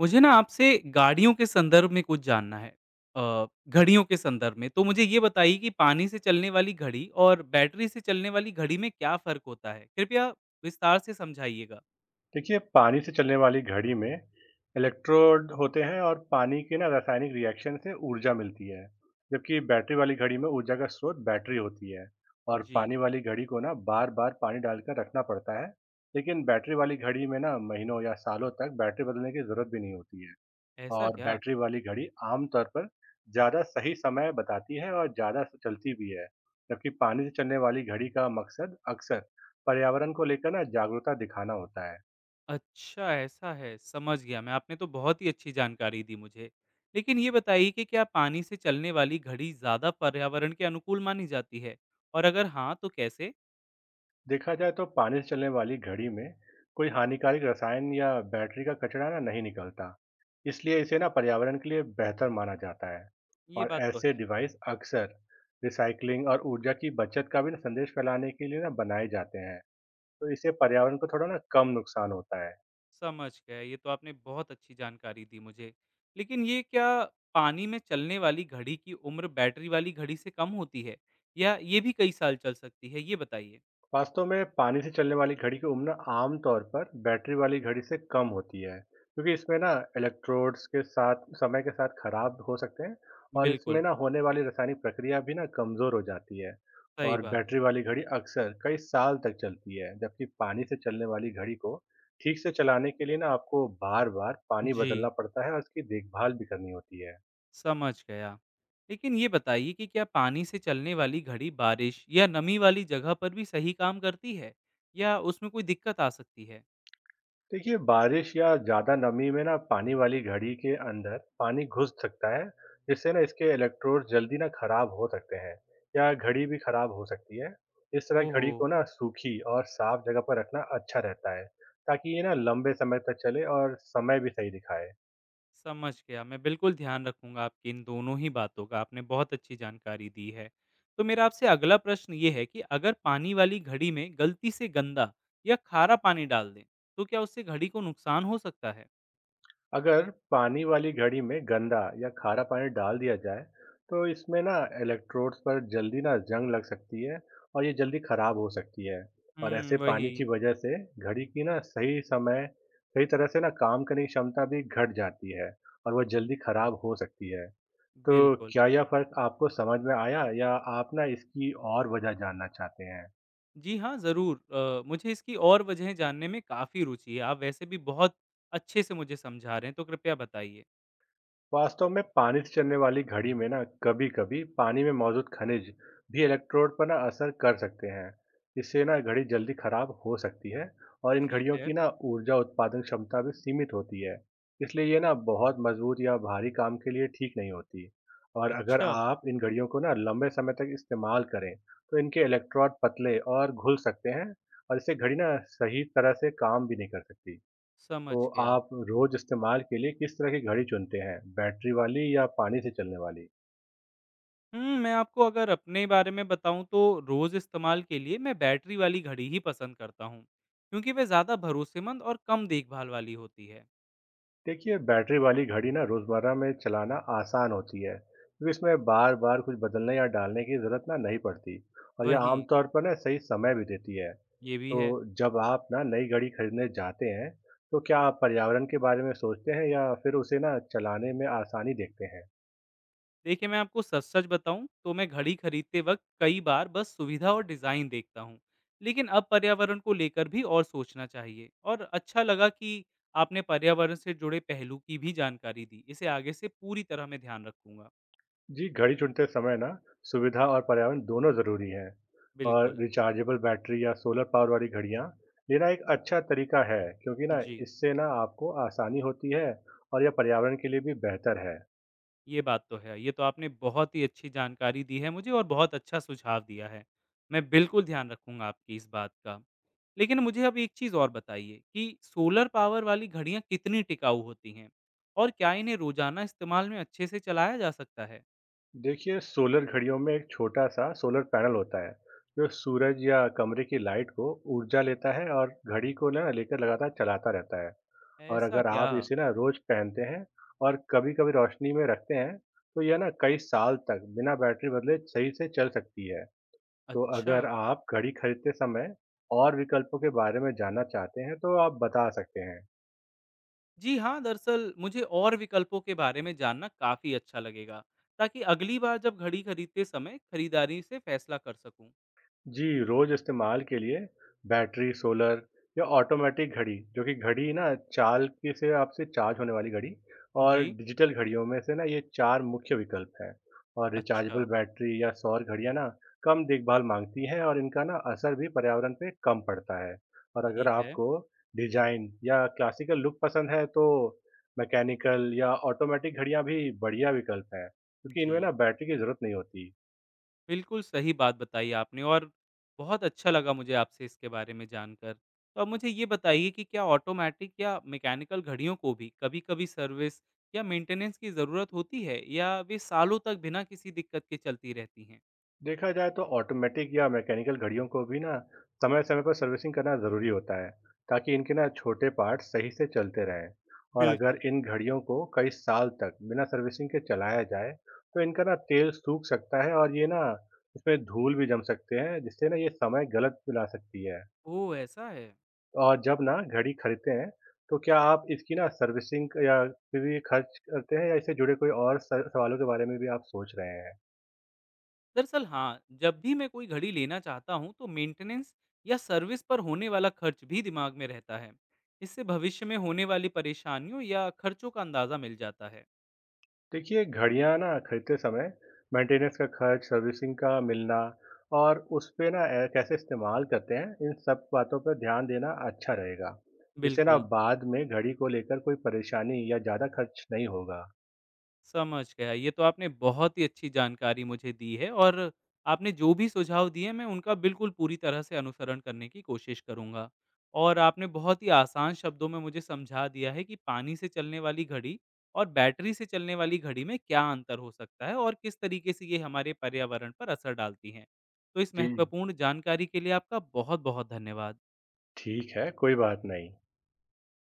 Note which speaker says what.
Speaker 1: मुझे ना आपसे गाड़ियों के संदर्भ में कुछ जानना है घड़ियों के संदर्भ में। तो मुझे ये बताइए कि पानी से चलने वाली घड़ी और बैटरी से चलने वाली घड़ी में क्या फ़र्क होता है? कृपया विस्तार से समझाइएगा।
Speaker 2: देखिए पानी से चलने वाली घड़ी में इलेक्ट्रोड होते हैं और पानी के ना रासायनिक रिएक्शन से ऊर्जा मिलती है। जबकि बैटरी वाली घड़ी में ऊर्जा का स्रोत बैटरी होती है। और
Speaker 1: जी,
Speaker 2: पानी वाली घड़ी को ना बार बार पानी डालकर रखना पड़ता है, लेकिन बैटरी वाली घड़ी में ना महीनों या सालों तक बैटरी बदलने की जरूरत भी नहीं होती है।
Speaker 1: ऐसा
Speaker 2: और
Speaker 1: क्या?
Speaker 2: बैटरी वाली घड़ी आमतौर पर ज़्यादा सही समय बताती है और ज़्यादा चलती भी है। जबकि पानी से चलने वाली घड़ी का मकसद अक्सर पर्यावरण को लेकर ना जागरूकता दिखाना होता है।
Speaker 1: अच्छा, ऐसा है, समझ गया मैं। आपने तो बहुत ही अच्छी जानकारी दी मुझे। लेकिन ये बताइए कि क्या पानी से चलने वाली घड़ी ज़्यादा पर्यावरण के अनुकूल मानी जाती है? और अगर हाँ, तो कैसे?
Speaker 2: देखा जाए तो पानी से चलने वाली घड़ी में कोई हानिकारक रसायन या बैटरी का कचरा ना नहीं निकलता, इसलिए इसे ना पर्यावरण के लिए बेहतर माना जाता है।
Speaker 1: ये
Speaker 2: और
Speaker 1: बात तो
Speaker 2: ऐसे
Speaker 1: है।
Speaker 2: डिवाइस अक्सर रिसाइकलिंग और ऊर्जा की बचत का भी ना संदेश फैलाने के लिए ना बनाए जाते हैं। तो इससे पर्यावरण को थोड़ा ना कम नुकसान होता है।
Speaker 1: समझ गया, ये तो आपने बहुत अच्छी जानकारी दी मुझे। लेकिन ये क्या पानी में चलने वाली घड़ी की उम्र बैटरी वाली घड़ी से कम होती है? या ये भी कई साल चल सकती है, ये बताइए?
Speaker 2: वास्तव में पानी से चलने वाली घड़ी की उम्र ना आमतौर पर बैटरी वाली घड़ी से कम होती है, क्योंकि इसमें ना इलेक्ट्रोड्स के साथ समय के साथ खराब हो सकते हैं। और
Speaker 1: बिल्कुल,
Speaker 2: इसमें ना होने वाली रासायनिक प्रक्रिया भी ना कमज़ोर हो जाती है।
Speaker 1: सही
Speaker 2: और
Speaker 1: बात है।
Speaker 2: बैटरी वाली घड़ी अक्सर कई साल तक चलती है, जबकि पानी से चलने वाली घड़ी को ठीक से चलाने के लिए ना आपको बार बार पानी
Speaker 1: जी,
Speaker 2: बदलना पड़ता है और इसकी देखभाल भी करनी होती है।
Speaker 1: समझ गया। लेकिन ये बताइए कि क्या पानी से चलने वाली घड़ी बारिश या नमी वाली जगह पर भी सही काम करती है? या उसमें कोई दिक्कत आ सकती है?
Speaker 2: देखिए बारिश या ज़्यादा नमी में ना पानी वाली घड़ी के अंदर पानी घुस सकता है, जिससे ना इसके इलेक्ट्रोड जल्दी ना खराब हो सकते हैं या घड़ी भी खराब हो सकती है। इस तरह
Speaker 1: ओहो!
Speaker 2: घड़ी को ना सूखी और साफ जगह पर रखना अच्छा रहता है, ताकि ये ना लंबे समय तक चले और समय भी सही दिखाए।
Speaker 1: समझ गया, मैं बिल्कुल ध्यान रखूँगा आपकी इन दोनों ही बातों का, आपने बहुत अच्छी जानकारी दी है। तो मेरा आपसे अगला प्रश्न ये है कि अगर पानी वाली घड़ी में गलती से गंदा या खारा पानी डाल दें, तो क्या उससे घड़ी को नुकसान हो सकता है?
Speaker 2: अगर पानी वाली घड़ी में गंदा या खारा पानी डाल दिया जाए, तो इसमें ना इलेक्ट्रोड्स पर जल्दी ना जंग लग सकती है और ये जल्दी खराब हो सकती है। और
Speaker 1: हुँ,
Speaker 2: ऐसे पानी की
Speaker 1: वही,
Speaker 2: वजह से घड़ी की ना सही समय सही तरह से ना काम करने की क्षमता भी घट जाती है और वह जल्दी खराब हो सकती है। तो
Speaker 1: बिल्कुल।
Speaker 2: क्या यह फर्क आपको समझ में आया या आप ना इसकी और वजह जानना चाहते हैं?
Speaker 1: जी हाँ, ज़रूर मुझे इसकी और वजहें जानने में काफ़ी रुचि है, आप वैसे भी बहुत अच्छे से मुझे समझा रहे हैं, तो कृपया बताइए।
Speaker 2: वास्तव में पानी से चलने वाली घड़ी में ना कभी कभी पानी में मौजूद खनिज भी इलेक्ट्रोड पर ना असर कर सकते हैं। इससे ना घड़ी जल्दी खराब हो सकती है। और इन
Speaker 1: ठीक
Speaker 2: घड़ियों
Speaker 1: है,
Speaker 2: की ना ऊर्जा उत्पादन क्षमता भी सीमित होती है, इसलिए ये ना बहुत मजबूत या भारी काम के लिए ठीक नहीं होती। और अगर
Speaker 1: अच्छा,
Speaker 2: आप इन घड़ियों को ना लंबे समय तक इस्तेमाल करें, तो इनके इलेक्ट्रोड पतले और घुल सकते हैं और इससे घड़ी ना सही तरह से काम भी नहीं कर सकती।
Speaker 1: समझ
Speaker 2: तो
Speaker 1: गया।
Speaker 2: आप रोज इस्तेमाल के लिए किस तरह की घड़ी चुनते हैं, बैटरी वाली या पानी से चलने वाली?
Speaker 1: हुँ, मैं आपको अगर अपने बारे में बताऊँ तो रोज़ इस्तेमाल के लिए मैं बैटरी वाली घड़ी ही पसंद करता हूँ, क्योंकि वह ज़्यादा भरोसेमंद और कम देखभाल वाली होती है।
Speaker 2: देखिए बैटरी वाली घड़ी ना रोजमर्रा में चलाना आसान होती है, क्योंकि इसमें बार बार कुछ बदलने या डालने की जरूरत ना नहीं पड़ती और यह
Speaker 1: वही
Speaker 2: आमतौर पर ना सही समय भी देती है।
Speaker 1: ये भी
Speaker 2: तो
Speaker 1: है,
Speaker 2: जब आप ना नई घड़ी खरीदने जाते हैं, तो क्या आप पर्यावरण के बारे में सोचते हैं या फिर उसे ना चलाने में आसानी देखते हैं?
Speaker 1: देखिए मैं आपको सच-सच बताऊँ तो मैं घड़ी खरीदते वक़्त कई बार बस सुविधा और डिज़ाइन देखता हूँ, लेकिन अब पर्यावरण को लेकर भी और सोचना चाहिए। और अच्छा लगा कि आपने पर्यावरण से जुड़े पहलू की भी जानकारी दी, इसे आगे से पूरी तरह मैं ध्यान रखूँगा।
Speaker 2: जी, घड़ी चुनते समय ना सुविधा और पर्यावरण दोनों ज़रूरी हैं। और
Speaker 1: बिल्कुल,
Speaker 2: रिचार्जेबल बैटरी या सोलर पावर वाली घड़ियाँ लेना एक अच्छा तरीका है, क्योंकि ना
Speaker 1: जी।
Speaker 2: इससे ना आपको आसानी होती है और यह पर्यावरण के लिए भी बेहतर है।
Speaker 1: ये बात तो है। ये तो आपने बहुत ही अच्छी जानकारी दी है मुझे और बहुत अच्छा सुझाव दिया है। मैं बिल्कुल ध्यान रखूँगा आपकी इस बात का। लेकिन मुझे अब एक चीज़ और बताइए कि सोलर पावर वाली घड़ियाँ कितनी टिकाऊ होती हैं? और क्या इन्हें रोज़ाना इस्तेमाल में अच्छे से चलाया जा सकता है?
Speaker 2: देखिए सोलर घड़ियों में एक छोटा सा सोलर पैनल होता है, जो सूरज या कमरे की लाइट को ऊर्जा लेता है और घड़ी को ना लेकर लगातार चलाता रहता है। और
Speaker 1: ऐसा
Speaker 2: अगर
Speaker 1: क्या?
Speaker 2: आप इसे ना रोज पहनते हैं और कभी-कभी रोशनी में रखते हैं, तो यह ना कई साल तक बिना बैटरी बदले सही से चल सकती है। तो
Speaker 1: अच्छा।
Speaker 2: अगर आप घड़ी खरीदते समय और विकल्पों के बारे में जानना चाहते हैं, तो आप बता सकते हैं।
Speaker 1: जी हाँ, दरअसल मुझे और विकल्पों के बारे में जानना काफ़ी अच्छा लगेगा, ताकि अगली बार जब घड़ी खरीदते समय खरीदारी से फैसला कर सकूँ।
Speaker 2: जी, रोज़ इस्तेमाल के लिए बैटरी, सोलर या ऑटोमेटिक घड़ी जो कि घड़ी ना चाल के से आपसे चार्ज होने वाली घड़ी और
Speaker 1: जी।
Speaker 2: डिजिटल घड़ियों में से ना ये 4 मुख्य विकल्प हैं। और
Speaker 1: अच्छा,
Speaker 2: रिचार्जेबल बैटरी या सौर घड़ियाँ ना कम देखभाल माँगती हैं और इनका ना असर भी पर्यावरण पे कम पड़ता है। और अगर
Speaker 1: ठीक है।
Speaker 2: आपको डिज़ाइन या क्लासिकल लुक पसंद है, तो मैकेनिकल या ऑटोमेटिक घड़ियाँ भी बढ़िया विकल्प हैं, क्योंकि
Speaker 1: जी।
Speaker 2: इनमें ना बैटरी की ज़रूरत नहीं होती।
Speaker 1: बिल्कुल सही बात बताई आपने और बहुत अच्छा लगा मुझे आपसे इसके बारे में जानकर। तो अब मुझे ये बताइए कि क्या ऑटोमैटिक या मैकेनिकल घड़ियों को भी कभी-कभी सर्विस या मेंटेनेंस की ज़रूरत होती है या वे सालों तक बिना किसी दिक्कत के चलती रहती हैं?
Speaker 2: देखा जाए तो ऑटोमेटिक या मैकेनिकल घड़ियों को भी ना समय समय पर सर्विसिंग करना ज़रूरी होता है, ताकि इनके ना छोटे पार्ट सही से चलते रहें। और अगर
Speaker 1: बिल्कुल।
Speaker 2: इन घड़ियों को कई साल तक बिना सर्विसिंग के चलाया जाए, तो इनका ना तेल सूख सकता है और ये ना इसमें धूल भी जम सकते हैं, जिससे ना ये समय गलत मिला सकती है।
Speaker 1: ओह! ऐसा है।
Speaker 2: और जब ना घड़ी खरीदते हैं, तो क्या आप इसकी ना सर्विसिंग या पे भी खर्च करते हैं या इससे जुड़े कोई और सवालों के बारे में भी आप सोच रहे हैं?
Speaker 1: दरअसल हाँ, जब भी मैं कोई घड़ी लेना चाहता हूँ तो मेंटेनेंस या सर्विस पर होने वाला खर्च भी दिमाग में रहता है। इससे भविष्य में होने वाली परेशानियों या खर्चों का अंदाज़ा मिल जाता है।
Speaker 2: देखिए घड़ियाँ ना खरीदते समय मेंटेनेंस का खर्च, सर्विसिंग का मिलना और उस पे ना कैसे इस्तेमाल करते हैं, इन सब बातों पर ध्यान देना अच्छा रहेगा, जिससे ना
Speaker 1: बिल्कुल।
Speaker 2: बाद में घड़ी को लेकर कोई परेशानी या ज़्यादा खर्च नहीं होगा।
Speaker 1: समझ गया। ये तो आपने बहुत ही अच्छी जानकारी मुझे दी है और आपने जो भी सुझाव दिए मैं उनका बिल्कुल पूरी तरह से अनुसरण करने की कोशिश करूँगा। और आपने बहुत ही आसान शब्दों में मुझे समझा दिया है कि पानी से चलने वाली घड़ी और बैटरी से चलने वाली घड़ी में क्या अंतर हो सकता है और किस तरीके से ये हमारे पर्यावरण पर असर डालती हैं। तो इस
Speaker 2: जी,
Speaker 1: महत्वपूर्ण जानकारी के लिए आपका बहुत-बहुत धन्यवाद।
Speaker 2: ठीक है, कोई बात नहीं।